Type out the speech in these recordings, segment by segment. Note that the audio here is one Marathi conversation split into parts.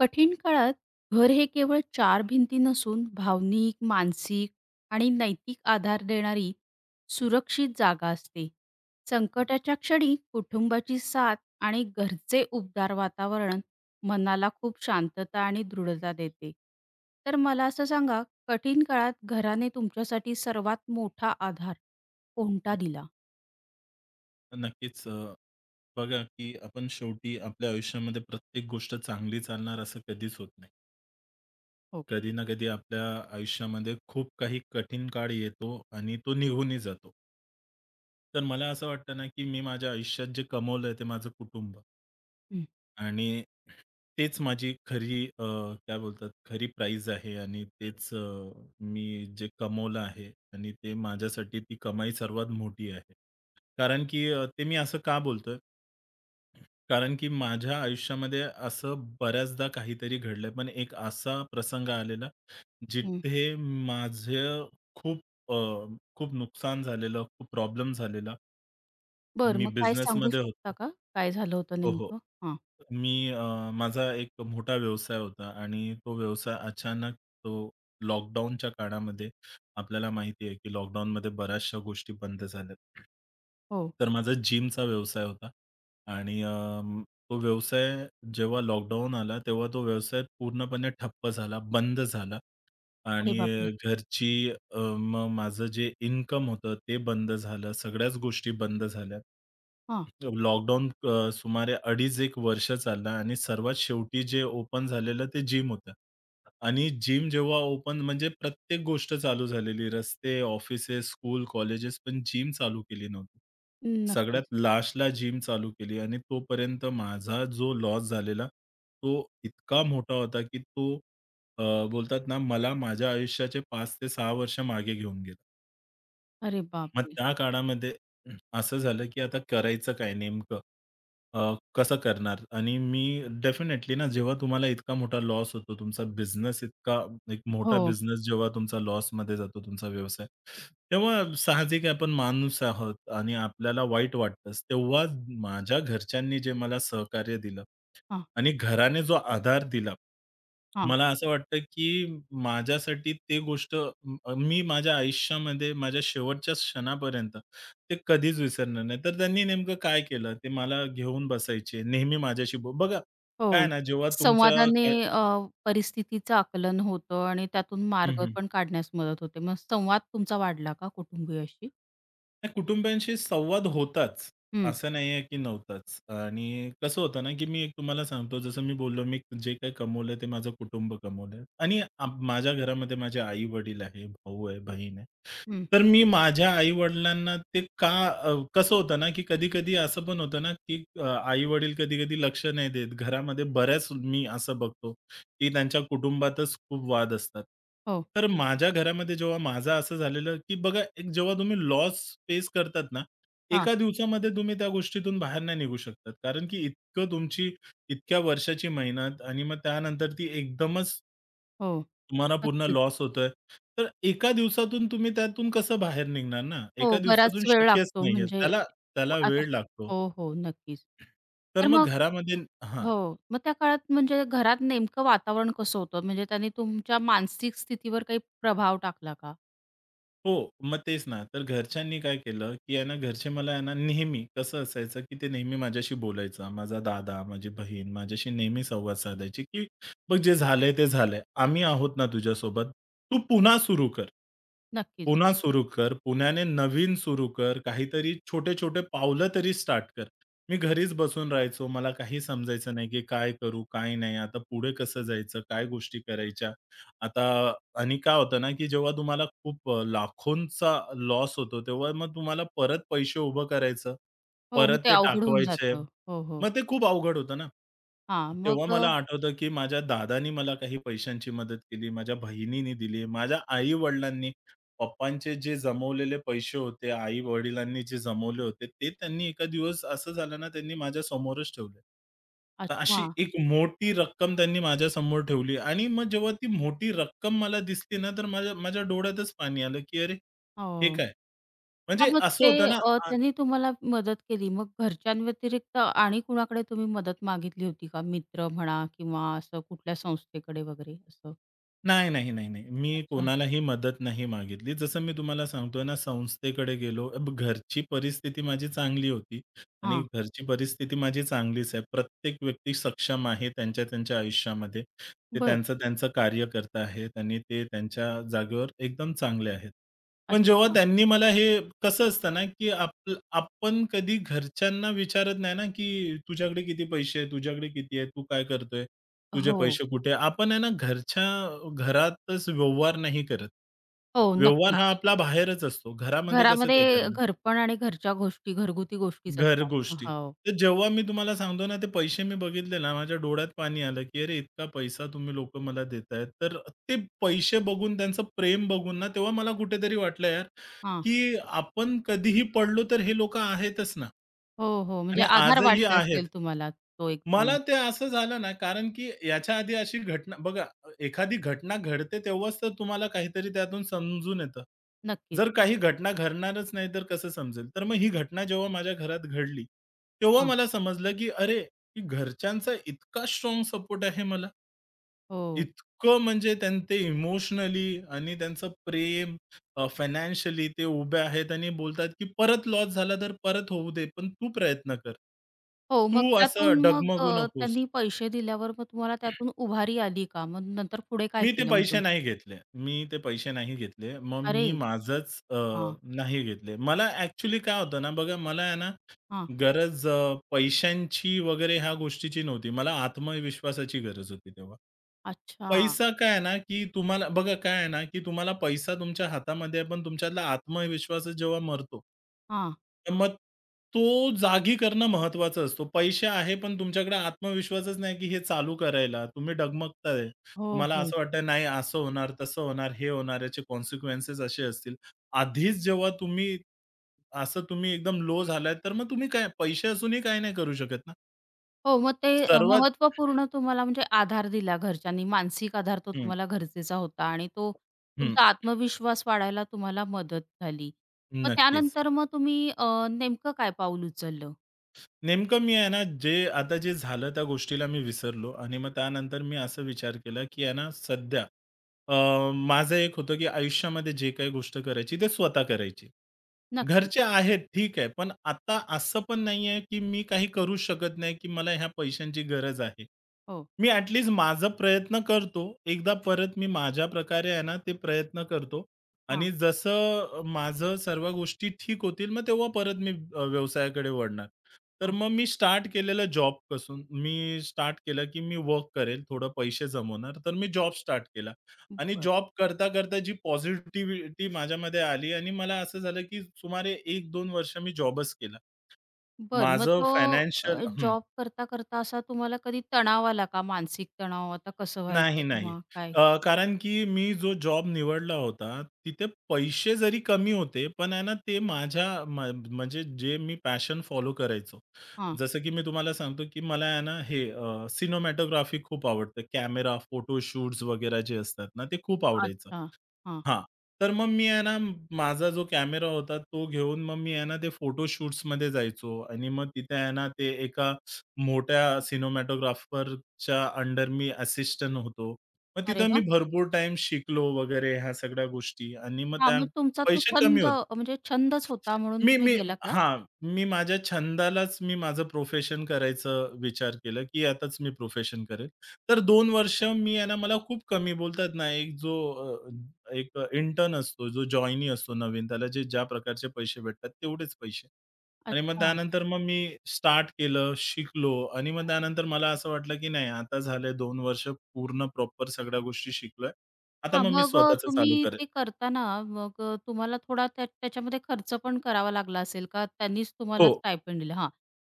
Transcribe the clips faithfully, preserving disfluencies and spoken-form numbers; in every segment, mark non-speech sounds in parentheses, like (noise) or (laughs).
कठीण काळात घर हे केवळ चार भिंती नसून भावनिक, मानसिक आणि नैतिक आधार देणारी सुरक्षित जागा असते. हं, संकटाच्या क्षणी कुटुंबाची साथ आणि घरचे उबदार वातावरण मनाला खूप शांतता आणि दृढता देते. तर मला असं सांगा, कठीण काळात घराने तुमच्यासाठी सर्वात मोठा आधार कोणता हं. दिला? नक्कीच अ, बघा, की आपण शेवटी आपल्या आयुष्यामध्ये प्रत्येक गोष्ट चांगली चालणार असं कधीच होत नाही. हो. कधी ना कधी आपल्या आयुष्यामध्ये खूप काही कठीण काळ येतो आणि तो निघूनही जातो. तर मला असं वाटतं ना, की मी माझ्या आयुष्यात जे कमवलंय ते माझं कुटुंब. हं, आणि तेच माझी खरी अ, काय बोलतात खरी प्राईज आहे आणि तेच अ, मी जे कमवलं आहे आणि ते माझ्यासाठी ती कमाई सर्वात मोठी आहे. कारण की अ, ते मी असं का बोलतोय? कारण की माझ्या आयुष्यामध्ये असं बऱ्याचदा काहीतरी घडलंय. पण एक असा प्रसंग आलेला, हं. जिथे माझं खूप अ, खूप नुकसान झालेलं, खूप प्रॉब्लेम झालेला. बरं, मी मग काय सांगू बिझनेसमध्ये शकता होतो. का? काय झालं होतं हो, हो. नेमकं? हां. मी अ, माझा एक मोठा व्यवसाय होता आणि तो व्यवसाय अचानक तो लॉकडाऊनच्या काळामध्ये आपल्याला माहिती आहे, की लॉकडाऊनमध्ये बऱ्याचशा गोष्टी बंद झाल्यात. हो. तर माझा जिमचा व्यवसाय होता आणि अ, तो व्यवसाय जेव्हा लॉकडाऊन आला, तेव्हा तो व्यवसाय पूर्णपणे ठप्प झाला, बंद झाला. अरे आणि अ, बापरे! घरची अ, मग माझं जे इन्कम होतं ते बंद झालं. सगळ्याच गोष्टी बंद झाल्या. लॉकडाऊन अ, सुमारे पंचवीस एक वर्ष चाललं आणि सर्वात शेवटी जे ओपन झालेलं ते जिम होतं. आणि जिम जेव्हा ओपन म्हणजे प्रत्येक गोष्ट चालू झालेली. रस्ते, ऑफिसेस, स्कूल, कॉलेजेस पण जिम चालू केली नव्हती. सगळ्यात नक्कीच. लास्टला जिम चालू केली आणि तोपर्यंत माझा जो लॉस झालेला, तो इतका मोठा होता, की तो अ, बोलतात ना, मला माझ्या आयुष्याचे पाच ते सहा वर्ष मागे घेऊन गेला. अरे मग बापरे! त्या काळामध्ये असं झालं, की आता करायचं काय नेमकं? अ, कसं करणार? आणि मी डेफिनेटली ना, जेव्हा तुम्हाला इतका मोठा लॉस होतो, तुमचा बिझनेस इतका एक मोठा हो. बिझनेस जेव्हा तुमचा लॉसमध्ये जातो, तुमचा व्यवसाय, तेव्हा साहजिक आहे आपण माणूस आहोत आणि आपल्याला वाईट वाटतंच. तेव्हा माझ्या घरच्यांनी जे मला सहकार्य दिलं हां, आणि घराने जो आधार दिला, हां. मला असं वाटतं, की माझ्यासाठी ते गोष्ट अ, मी माझ्या आयुष्यामध्ये माझ्या शेवटच्या क्षणापर्यंत ते कधीच विसरणार नाही. तर त्यांनी नेमकं काय केलं, ते मला घेऊन बसायचे. नेहमी माझ्याशी बो बघा, काय हो. ना, जेव्हा तुमच्या संवादाने काय. अ, परिस्थितीचं आकलन होतं आणि त्यातून हं, मार्ग हं. पण काढण्यास मदत होते. मग संवाद तुमचा वाढला का कुटुंबियाशी? नाही, कुटुंबियांशी संवाद होताच. हं, असं नाहीये की नव्हताच. आणि कसं होतं ना, की मी एक तुम्हाला सांगतो, जसं मी बोललो, मी जे काही कमवलंय ते माझं कुटुंब कमवलंय आणि आम माझ्या घरामध्ये माझे आई-वडील आहे, भाऊ आहे, बहीण आहे. हं. तर मी माझ्या आई-वडिलांना ते का अ, कसं होतं ना, की कधी-कधी असं पण होतं ना, की आई-वडील कधी-कधी लक्ष नाही देत. घरामध्ये बऱ्याच मी असं बघतो, की त्यांच्या कुटुंबातच खूप वाद असतात. हो. तर माझ्या घरामध्ये जेव्हा माझं असं झालेलं, की बघा एक जेव्हा तुम्ही लॉस फेस करतात ना, हां. एका दिवसामध्ये तुम्ही त्या गोष्टीतून बाहेर नाही निघू शकतात. कारण की इतकं तुमची इतक्या वर्षाची मेहनत आणि मग त्यानंतर ती एकदमच हो. तुम्हाला पूर्ण नक्कीच. लॉस होतोय. तर एका दिवसातून तुम्ही त्यातून कसं बाहेर निघणार ना? हो, एका बराच दिवसातून वेळ शक्यच लागतो नाहीये. म्हणजे त्याला त्याला आता वेळ लागतो. हो, हो. नक्कीच. तर तर मग मग घरामध्ये हां. हो. मग त्या काळात म्हणजे घरात नेमकं वातावरण कसं होतं? म्हणजे त्याने तुमच्या मानसिक स्थितीवर काही प्रभाव टाकला का? हो, मग तेच ना. तर घरच्यांनी काय केलं, की आहे ना घरचे मला आहे ना नेहमी कसं असायचं, की ते नेहमी माझ्याशी बोलायचं. माझा दादा, माझी बहीण माझ्याशी नेहमी संवाद साधायची, की "बघ जे झालंय ते झालंय. आम्ही आहोत ना तुझ्यासोबत. तू पुन्हा सुरू कर." नक्कीच. पुन्हा सुरू कर. पुण्याने नवीन सुरू कर. काहीतरी छोटे-छोटे पावलं तरी स्टार्ट कर. मी घरीच बसून राहायचो. मला काही समजायचं नाही, की काय करू, काय नाही. आता पुढे कसं जायचं? काय गोष्टी करायच्या? आता आणि काय होतं ना, की जेव्हा तुम्हाला खूप अ, लाखोंचा लॉस होतो, तेव्हा मग तुम्हाला परत पैसे उभं करायचं. हो, मग परत ते ते अवघड होऊन टाकवायचे. जातं. हो, हो. मग ते खूप अवघड होतं ना. हां, मग तेव्हा मला अ, आठवतं, की माझ्या दादानी मला काही पैशांची मदत केली. माझ्या बहिणीनी दिली. माझ्या आई-वडिलांनी पप्पांचे जे जमवलेले पैसे होते, आई-वडिलांनी जे जमवले होते, ते त्यांनी एका दिवस असं झालं ना, त्यांनी माझ्या समोरच ठेवले. तर अच्छा. अशी एक मोठी रक्कम त्यांनी माझ्यासमोर ठेवली आणि मग जेव्हा ती मोठी रक्कम मला दिसली ना, तर माझ्या माझ्या डोळ्यातच पाणी आलं, की "अरे, हे हो. काय?" हां, म्हणजे मग असं ते होतं ना. अ, त्यांनी तुम्हाला मदत केली. मग घरच्यांव्यतिरिक्त आणि कुणाकडे तुम्ही मदत मागितली होती का? मित्र म्हणा किंवा असं कुठल्या संस्थेकडे वगैरे असं? नाही, नाही, नाही, नाही. मी अच्छा. कोणालाही मदत नाही मागितली. जसं मी तुम्हाला सांगतोय ना संस्थेकडे गेलो. ब घरची परिस्थिती माझी चांगली होती आणि हां, घरची परिस्थिती माझी चांगलीच आहे. प्रत्येक व्यक्ती सक्षम आहे त्यांच्या, त्यांच्या आयुष्यामध्ये. ते बरं. त्यांचं, त्यांचं कार्य करत आहेत आणि ते त्यांच्या जागेवर एकदम चांगले आहेत. पण जेव्हा अच्छा. त्यांनी मला हे कसं असतं ना, की आपल आपण कधी घरच्यांना विचारत नाही ना, की "तुझ्याकडे किती पैसे आहेत? तुझ्याकडे किती आहे? तू काय करतोय? तुझे हो. पैसे कुठे?" आपण आहे ना घरच्या घरातच व्यवहार नाही करत. हो, व्यवहार नक्कीच. हा आपला बाहेरच असतो. घरामध्ये कसं काय घरामध्ये करणार? घरपण आणि घरच्या गोष्टी, घरगुती गोष्टीच घर असतात. गोष्टी. हो. तर जेव्हा मी तुम्हाला सांगतो ना, ते पैसे मी बघितले ना, माझ्या डोळ्यात पाणी आलं, की "अरे, इतका पैसा तुम्ही लोकं मला देतायत." तर ते पैसे बघून, त्यांचं प्रेम बघून ना, तेव्हा मला कुठेतरी वाटलं यार, हां. की आपण कधीही पडलो तर हे लोकं आहेतच ना. हो, हो. म्हणजे आणि आधार आजही वाटला असेल आहेत. तुम्हाला तो एकदम. मला ते असं झालं ना, कारण की याच्या आधी अशी घटना बघा, एखादी घटना घडते तेव्हाच तर तुम्हाला काहीतरी त्यातून समजून येतं. नक्कीच. जर काही घटना घडणारच नाही तर कसं समजेल? तर मग ही घटना जेव्हा माझ्या घरात घडली, तेव्हा हां. मला समजलं की अरे, की घरच्यांचा इतका स्ट्राँग सपोर्ट आहे मला. हो. इतकं म्हणजे त्यां ते इमोशनली आणि त्यांचं प्रेम अ, फायनान्शियली ते उभे आहेत आणि बोलतात, की परत लॉस झाला तर परत होऊ दे, पण तू प्रयत्न कर. हो, तू मग त्यातून असं मग डगमगू अ, नकोस. त्यांनी पैसे दिल्यावर मग तुम्हाला त्यातून उभारी आली का? मग नंतर पुढे काय मी ते केलं मग पैसे तुम्ही? नाही घेतले. मी ते पैसे नाही घेतले. मग मी अरे! माझंच अ, हां, नाही घेतले. मला ॲक्चुअली काय होतं ना, बघा मला आहे ना हां. गरज अ, पैशांची वगैरे ह्या गोष्टीची नव्हती. मला आत्मविश्वासाची गरज होती तेव्हा. अच्छा. पैसा काय आहे ना, की तुम्हाला बघा काय आहे ना, की तुम्हाला पैसा तुमच्या हातामध्ये आहे, पण तुमच्यातला आत्मविश्वास जेव्हा मरतो, हां. तर मग तो जागी करणं महत्त्वाचा असतो. पैसे आहे, पण तुमच्याकडे आत्मविश्वासच नाही, की हे चालू करायला. तुम्ही डगमगताय. हो, तुम्हाला हो. असं वाटतंय, "नाही, असं होणार, तसं होणार, हे होणार, याचे कॉन्सिक्वेन्सेस असे असतील." आधीच जेव्हा तुम्ही असं तुम्ही एकदम लो झालाय, तर मग तुम्ही काय पैसे असूनही काही नाही करू शकत ना. हो, मग ते अ, सर्वात. महत्त्वपूर्ण तुम्हाला म्हणजे आधार दिला घरच्यांनी. मानसिक आधार तो हं, तुम्हाला गरजेचा होता आणि तो हं. तुमचा आत्मविश्वास वाढायला तुम्हाला मदत झाली. मग नक्कीच. त्यानंतर मग तुम्ही अ, नेमकं काय पाऊल उचललं? नेमकं मी आहे ना, जे आता जे झालं त्या गोष्टीला मी विसरलो आणि मग त्यानंतर मी असा विचार केला, की आहे ना सध्या अ, माझं एक होतं, की आयुष्यामध्ये जे काही गोष्ट करायची ते स्वतः करायची. नक्कीच. घरचे आहेत ठीक आहे, पण आता असं पण नाहीये, की मी काही करू शकत नाही, की मला ह्या पैशांची गरज आहे. हो. मी ॲट लीस्ट माझा प्रयत्न करतो. एकदा परत मी माझ्या प्रकारे आहे ना, ते प्रयत्न करतो हां, आणि जसं माझं सर्व गोष्टी ठीक होतील, मग तेव्हा परत मी अ, व्यवसायाकडे वळणार. तर हां. मग मी स्टार्ट केलेलं जॉबपासून मी स्टार्ट केलं, की मी वर्क करेल, थोडं पैसे जमवणार. तर मी जॉब स्टार्ट केला आणि बरं. जॉब करता-करता जी पॉझिटिव्हिटी माझ्यामध्ये आली आणि मला असं झालं, की सुमारे एक-दोन वर्ष मी जॉबच केला. बरं. मग माझं तो फायनान्शियल. अ, जॉब करता, करता असा तुम्हाला कधी तणाव आला का? मानसिक तणाव आता कसं नाही, व्हायचं नाही. किंवा काय? अ, कारण की मी जो जॉब निवडला होता, तिथे पैसे जरी कमी होते, पण आहे ना ते माझ्या म म्हणजे जे मी पॅशन फॉलो करायचो. हां. जसं की मी तुम्हाला सांगतो, की मला आहे ना हे अ, सिनेमॅटोग्राफी खूप आवडते. कॅमेरा, फोटो शूट्स वगैरे जे असतात ना, ते खूप आवडायचं. अच्छा. हां. हां. तर मग मी आहे ना, माझा जो कॅमेरा होता तो घेऊन मग मी आहे ना, ते फोटोशूट्समध्ये जायचो आणि मग तिथे आहे ना, ते एका मोठ्या सिनेमॅटोग्राफरच्या अंडर मी असिस्टंट होतो. मग अरे तिथं मी वाह! भरपूर टाइम शिकलो वगैरे ह्या सगळ्या गोष्टी आणि मग हां, त्या मग तुमचा तो पैसे कमी छंद होते. म्हणजे छंदच होता म्हणून मी तुम्ही मी गेला का? हां, मी माझ्या छंदालाच मी माझं प्रोफेशन करायचा विचार केला, की यातच मी प्रोफेशन करेल. तर दोन वर्ष मी आहे ना, मला खूप कमी बोलतात ना, एक जो अ, एक इंटर्न असतो, जो जॉइनी असतो नवीन, त्याला जे ज्या प्रकारचे पैसे भेटतात तेवढेच पैसे. आणि मग अच्छा. त्यानंतर मग मी स्टार्ट केलं, शिकलो आणि मग त्यानंतर मला असं वाटलं, की नाही आता झाले दोन वर्ष पूर्ण प्रॉपर सगळ्या गोष्टी शिकलोय. आता हां, मग मी मग अ, स्वतःच तुम्ही चालू करेल. ते करताना मग अ, तुम्हाला थोडा त्या त्याच्यामध्ये खर्च पण करावा लागला असेल का? त्यांनीच तुम्हाला हो. स्टायपेंड दिलं? हां.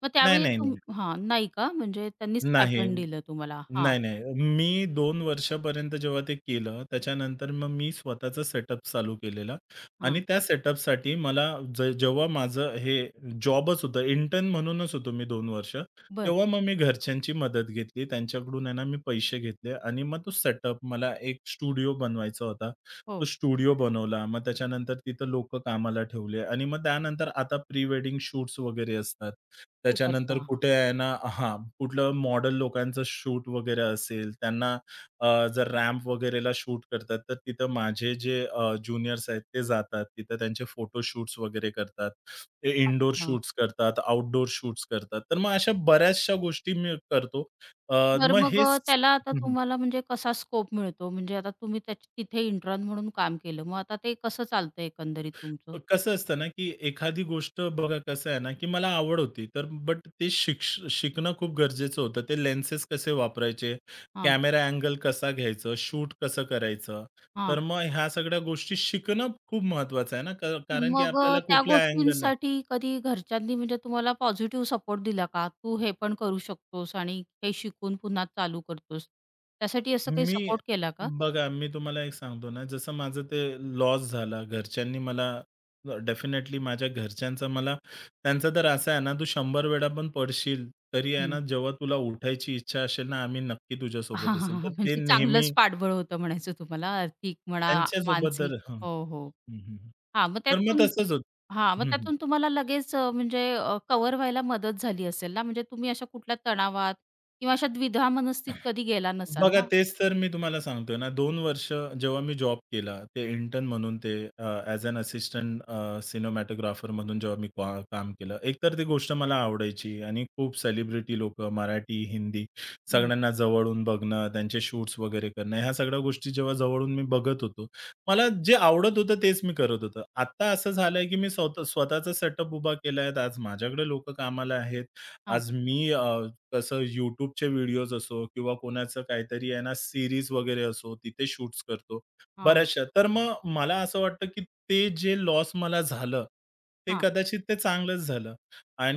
मग नाही, त्यावेळी नाही, तुम नाही. हां, नाही का? म्हणजे त्यांनी नाही. स्टायपेंड दिलं तुम्हाला? हां, नाही, नाही. मी दोन वर्षापर्यंत जेव्हा ते केलं, त्याच्यानंतर मग मी स्वतःचा सेटअप चालू केलेला हां. आणि त्या सेटअपसाठी मला ज जेव्हा माझं हे जॉबच होतं, इंटर्न म्हणूनच होतो मी दोन वर्ष. बरं. तेव्हा मग मी घरच्यांची मदत घेतली. त्यांच्याकडून आहे ना, मी पैसे घेतले आणि मग तो सेटअप मला एक स्टुडिओ बनवायचा होता. हो. तो स्टुडिओ बनवला. मग त्याच्यानंतर तिथं लोकं कामाला ठेवले आणि मग त्यानंतर आता प्री वेडिंग शूट्स वगैरे असतात. ते करता. त्याच्यानंतर हां. कुठे आहे ना हां, कुठलं मॉडेल लोकांचं शूट वगैरे असेल, त्यांना अ, जर रॅम्प वगैरेला शूट करतात, तर तिथं माझे जे अ, ज्युनियर्स आहेत ते जातात. तिथं त्यांचे फोटो शूट्स वगैरे करतात. ते इनडोअर अच्छा. शूट्स करतात, आउटडोअर शूट्स करतात. तर मग अशा बऱ्याचशा गोष्टी मी करतो. अ, बरं मग मग अ, हेच त्याला आता तुम्हाला म्हणजे कसा स्कोप मिळतो? म्हणजे आता तुम्ही त्याच तिथे इंटर्न म्हणून काम केलं. मग आता ते कसं चालतं एकंदरीत तुमचं? कसं असतं ना, की एखादी गोष्ट बघा कसं आहे ना, की मला आवड होती. तर बट ते शिक्ष शिकणं खूप गरजेचं होतं. ते लेन्सेस कसे वापरायचे, हां, कॅमेरा अँगल कसा घ्यायचं, शूट कसं करायचं. तर हां. मग ह्या सगळ्या गोष्टी शिकणं खूप महत्वाचं आहे ना, क कारण की मग आपल्याला अ, त्या कुठल्या अँगल. गोष्टींसाठी कधी घरच्यांनी म्हणजे तुम्हाला पॉझिटिव्ह सपोर्ट दिला का? तू हे पण करू शकतोस आणि हे शिकून पुन्हा चालू करतोस. त्यासाठी असं काही मी सपोर्ट केला का? बघा, मी तुम्हाला एक सांगतो ना, जसं माझं ते लॉस झाला, घरच्यांनी मला अ, डेफिनेटली माझ्या घरच्यांचा मला त्यांचं तर असं आहे ना, तू शंभर वेळा पण पडशील, तरी आहे हं. ना, जेव्हा तुला उठायची इच्छा असेल ना, आम्ही नक्की (laughs) हां, तुझ्यासोबत हां, असेल. हां. तर ते म्हणजे नेहमी चांगलंच पाठबळ होतं म्हणायचं तुम्हाला आर्थिक म्हणा, त्यांच्यासोबत तर मानसिक. हं, हो, हो. हं, हं. हां, मग तर मग त्यातून तसंच होतं. हां, मग त्यातून तुम्हाला लगेच अ, म्हणजे अ, कव्हर व्हायला मदत झाली असेल ना? म्हणजे तुम्ही अशा कुठल्या तणावात किंवा अशा द्विधा मनस्थित कधी गेला नसाल बघा, ना? तेच तर मी तुम्हाला सांगतोय ना, दोन वर्ष जेव्हा मी जॉब केला, ते इंटर्न म्हणून ते uh, as an assistant uh, cinematographer म्हणून जेव्हा मी का काम केलं. एकतर ती गोष्ट मला आवडायची आणि खूप सेलिब्रिटी लोक, मराठी, हिंदी हं. सगळ्यांना जवळून बघणं, त्यांचे शूट्स वगैरे करणं, ह्या सगळ्या गोष्टी जेव्हा जवळून मी बघत होतो, मला जे आवडत होतं तेच मी करत होतो. आता असं झालंय, की मी स्वतः स्वतःचा सेटअप उभा केला आज माझ्याकडे लोकं कामाला आहेत. हां, आज मी कसं YouTubeचे व्हिडिओज असो किंवा कोणाचं काहीतरी आहे ना, सीरीज वगैरे असो, तिथे शूट्स करतो हां, बऱ्याचशा. तर मग मला असं वाटतं, की ते जे लॉस मला झालं, ते हां, कदाचित ते चांगलंच झालं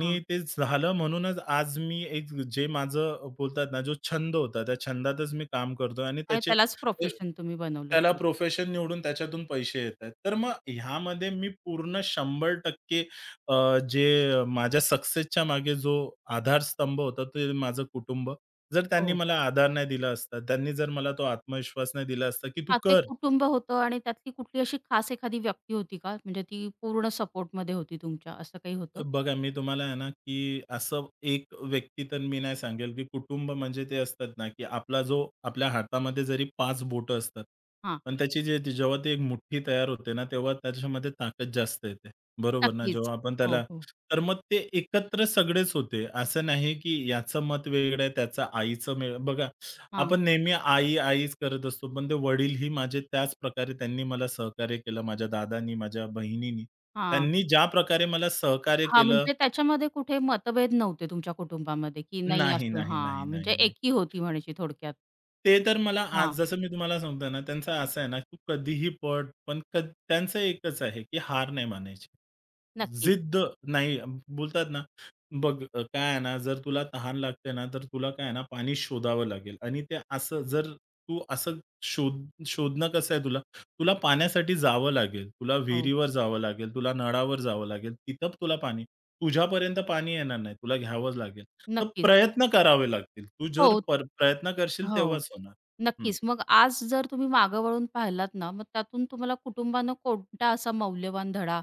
हां. ते झालं म्हणूनच आज मी एक जे माझं बोलतात ना, जो छंद होता, त्या छंदातच मी काम करतोय आणि आणि त्याचे त्यालाच ते प्रोफेशन तुम्ही बनवलं त्याला थोडक्यात. प्रोफेशन निवडून त्याच्यातून पैसे येतायत. तर मग ह्यामध्ये मी पूर्ण शंभर टक्के अ, जे माझ्या सक्सेसच्या मागे जो आधारस्तंभ होता ते माझं कुटुंब. जर त्यांनी हो. मला आधार नाही दिला असता, त्यांनी जर मला तो आत्मविश्वास नाही दिला असता, की "तू हां, ते कर." कुटुंब होतं आणि त्यातली कुठली अशी खास एखादी व्यक्ती होती का? म्हणजे ती पूर्ण सपोर्टमध्ये होती तुमच्या, असं काही होतं? बघा, मी तुम्हाला आहे ना, की असं एक व्यक्ती तर मी नाही सांगेल, की कुटुंब म्हणजे ते असतात ना, की आपला जो आपल्या हातामध्ये जरी पाच बोटं असतात, हां, पण त्याची जे ती- जेव्हा ती एक मुठ्ठी तयार होते ना, तेव्हा त्याच्यामध्ये ताकद जास्त येते. बरोबर ना? नक्कीच. जेव्हा आपण हो, त्याला हो. तर मग ते एकत्र सगळेच होते. असं नाही, की याचं मत वेगळं आहे, त्याचं आईचं वेगळं. बघा हां, आपण नेहमी आई, आईच करत असतो. पण ते वडीलही माझे त्याच प्रकारे त्यांनी मला सहकार्य केलं. माझ्या दादांनी, माझ्या बहिणीनी. हां. त्यांनी ज्या प्रकारे मला सहकार्य हां, केलं. म्हणजे त्याच्यामध्ये कुठे मतभेद नव्हते तुमच्या कुटुंबामध्ये, की नाही नाही, असं नाही, नाही, हां, नाही, म्हणजे नाही. एकी होती म्हणायची थोडक्यात. ते तर मला आज हां. जसं मी तुम्हाला सांगतोय ना, त्यांचं असं आहे ना, तू कधीही पड, पण क त्यांचं एकच आहे, की हार नाही मानायची. नक्कीच. जिद्द नाही बोलतात ना, बघ अ, काय आहे ना, जर तुला तहान लागते ना, तर तुला काय आहे ना, पाणी शोधावं लागेल आणि ते असं जर तू असं शोध शोधणं कसं आहे तुला? तुला पाण्यासाठी जावं लागेल. तुला हो. विहिरीवर जावं लागेल, तुला नळावर जावं लागेल. तिथं तुला पाणी तुझ्यापर्यंत पाणी येणार नाही. तुला घ्यावंच लागेल. तर नक्कीच. प्रयत्न करावे लागतील. तू जर हो. पर प्रयत्न करशील हो. तेव्हाच होणार. नक्कीच. मग आज जर तुम्ही मागं वळून पाहिलात ना, मग त्यातून तुम्हाला कुटुंबानं कोणता असा मौल्यवान धडा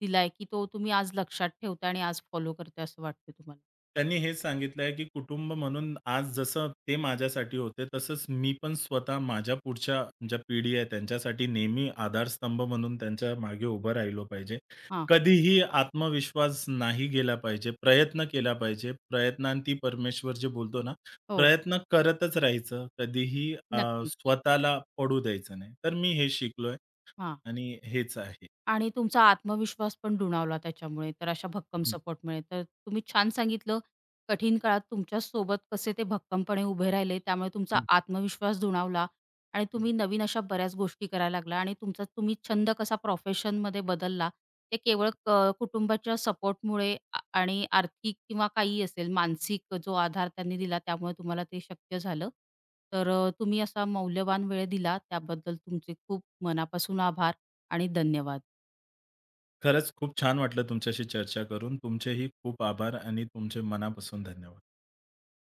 दिलाय, की तो तुम्ही आज लक्षात ठेवता आणि आज फॉलो करताय असं वाटतं तुम्हाला? त्यांनी हेच सांगितलं आहे, की कुटुंब म्हणून आज जसं ते माझ्यासाठी होते, तसंच मी पण स्वतः माझ्या पुढच्या ज्या पिढी आहे त्यांच्यासाठी नेहमी आधारस्तंभ म्हणून त्यांच्या मागे उभं राहिलो पाहिजे. हां. कधीही आत्मविश्वास नाही गेला पाहिजे. प्रयत्न केला पाहिजे. प्रयत्नांती परमेश्वर जे बोलतो ना, हो. प्रयत्न करतच राहायचं. कधीही अ, नक्कीच. स्वतःला पडू द्यायचं नाही. तर मी हे शिकलोय हां. आणि हेच आहे. आणि तुमचा आत्मविश्वास पण दुणावला त्याच्यामुळे, तर अशा भक्कम हं, सपोर्टमुळे. तर तुम्ही छान सांगितलं, कठीण काळात तुमच्या सोबत कसे ते भक्कमपणे उभे राहिले, त्यामुळे तुमचा आत्मविश्वास दुणावला आणि हं. तुम्ही नवीन अशा बऱ्याच गोष्टी करायला लागला आणि तुमचा तुम्ही छंद कसा प्रोफेशनमध्ये बदलला, ते केवळ क कुटुंबाच्या सपोर्टमुळे आ आणि आर्थिक किंवा काही असेल, मानसिक जो आधार त्यांनी दिला, त्यामुळे तुम्हाला ते शक्य झालं. तर अ, तुम्ही असा मौल्यवान वेळ दिला, त्याबद्दल तुमचे खूप मनापासून आभार आणि धन्यवाद. खरंच खूप छान वाटलं तुमच्याशी चर्चा करून. तुमचेही खूप आभार आणि तुमचे मनापासून धन्यवाद.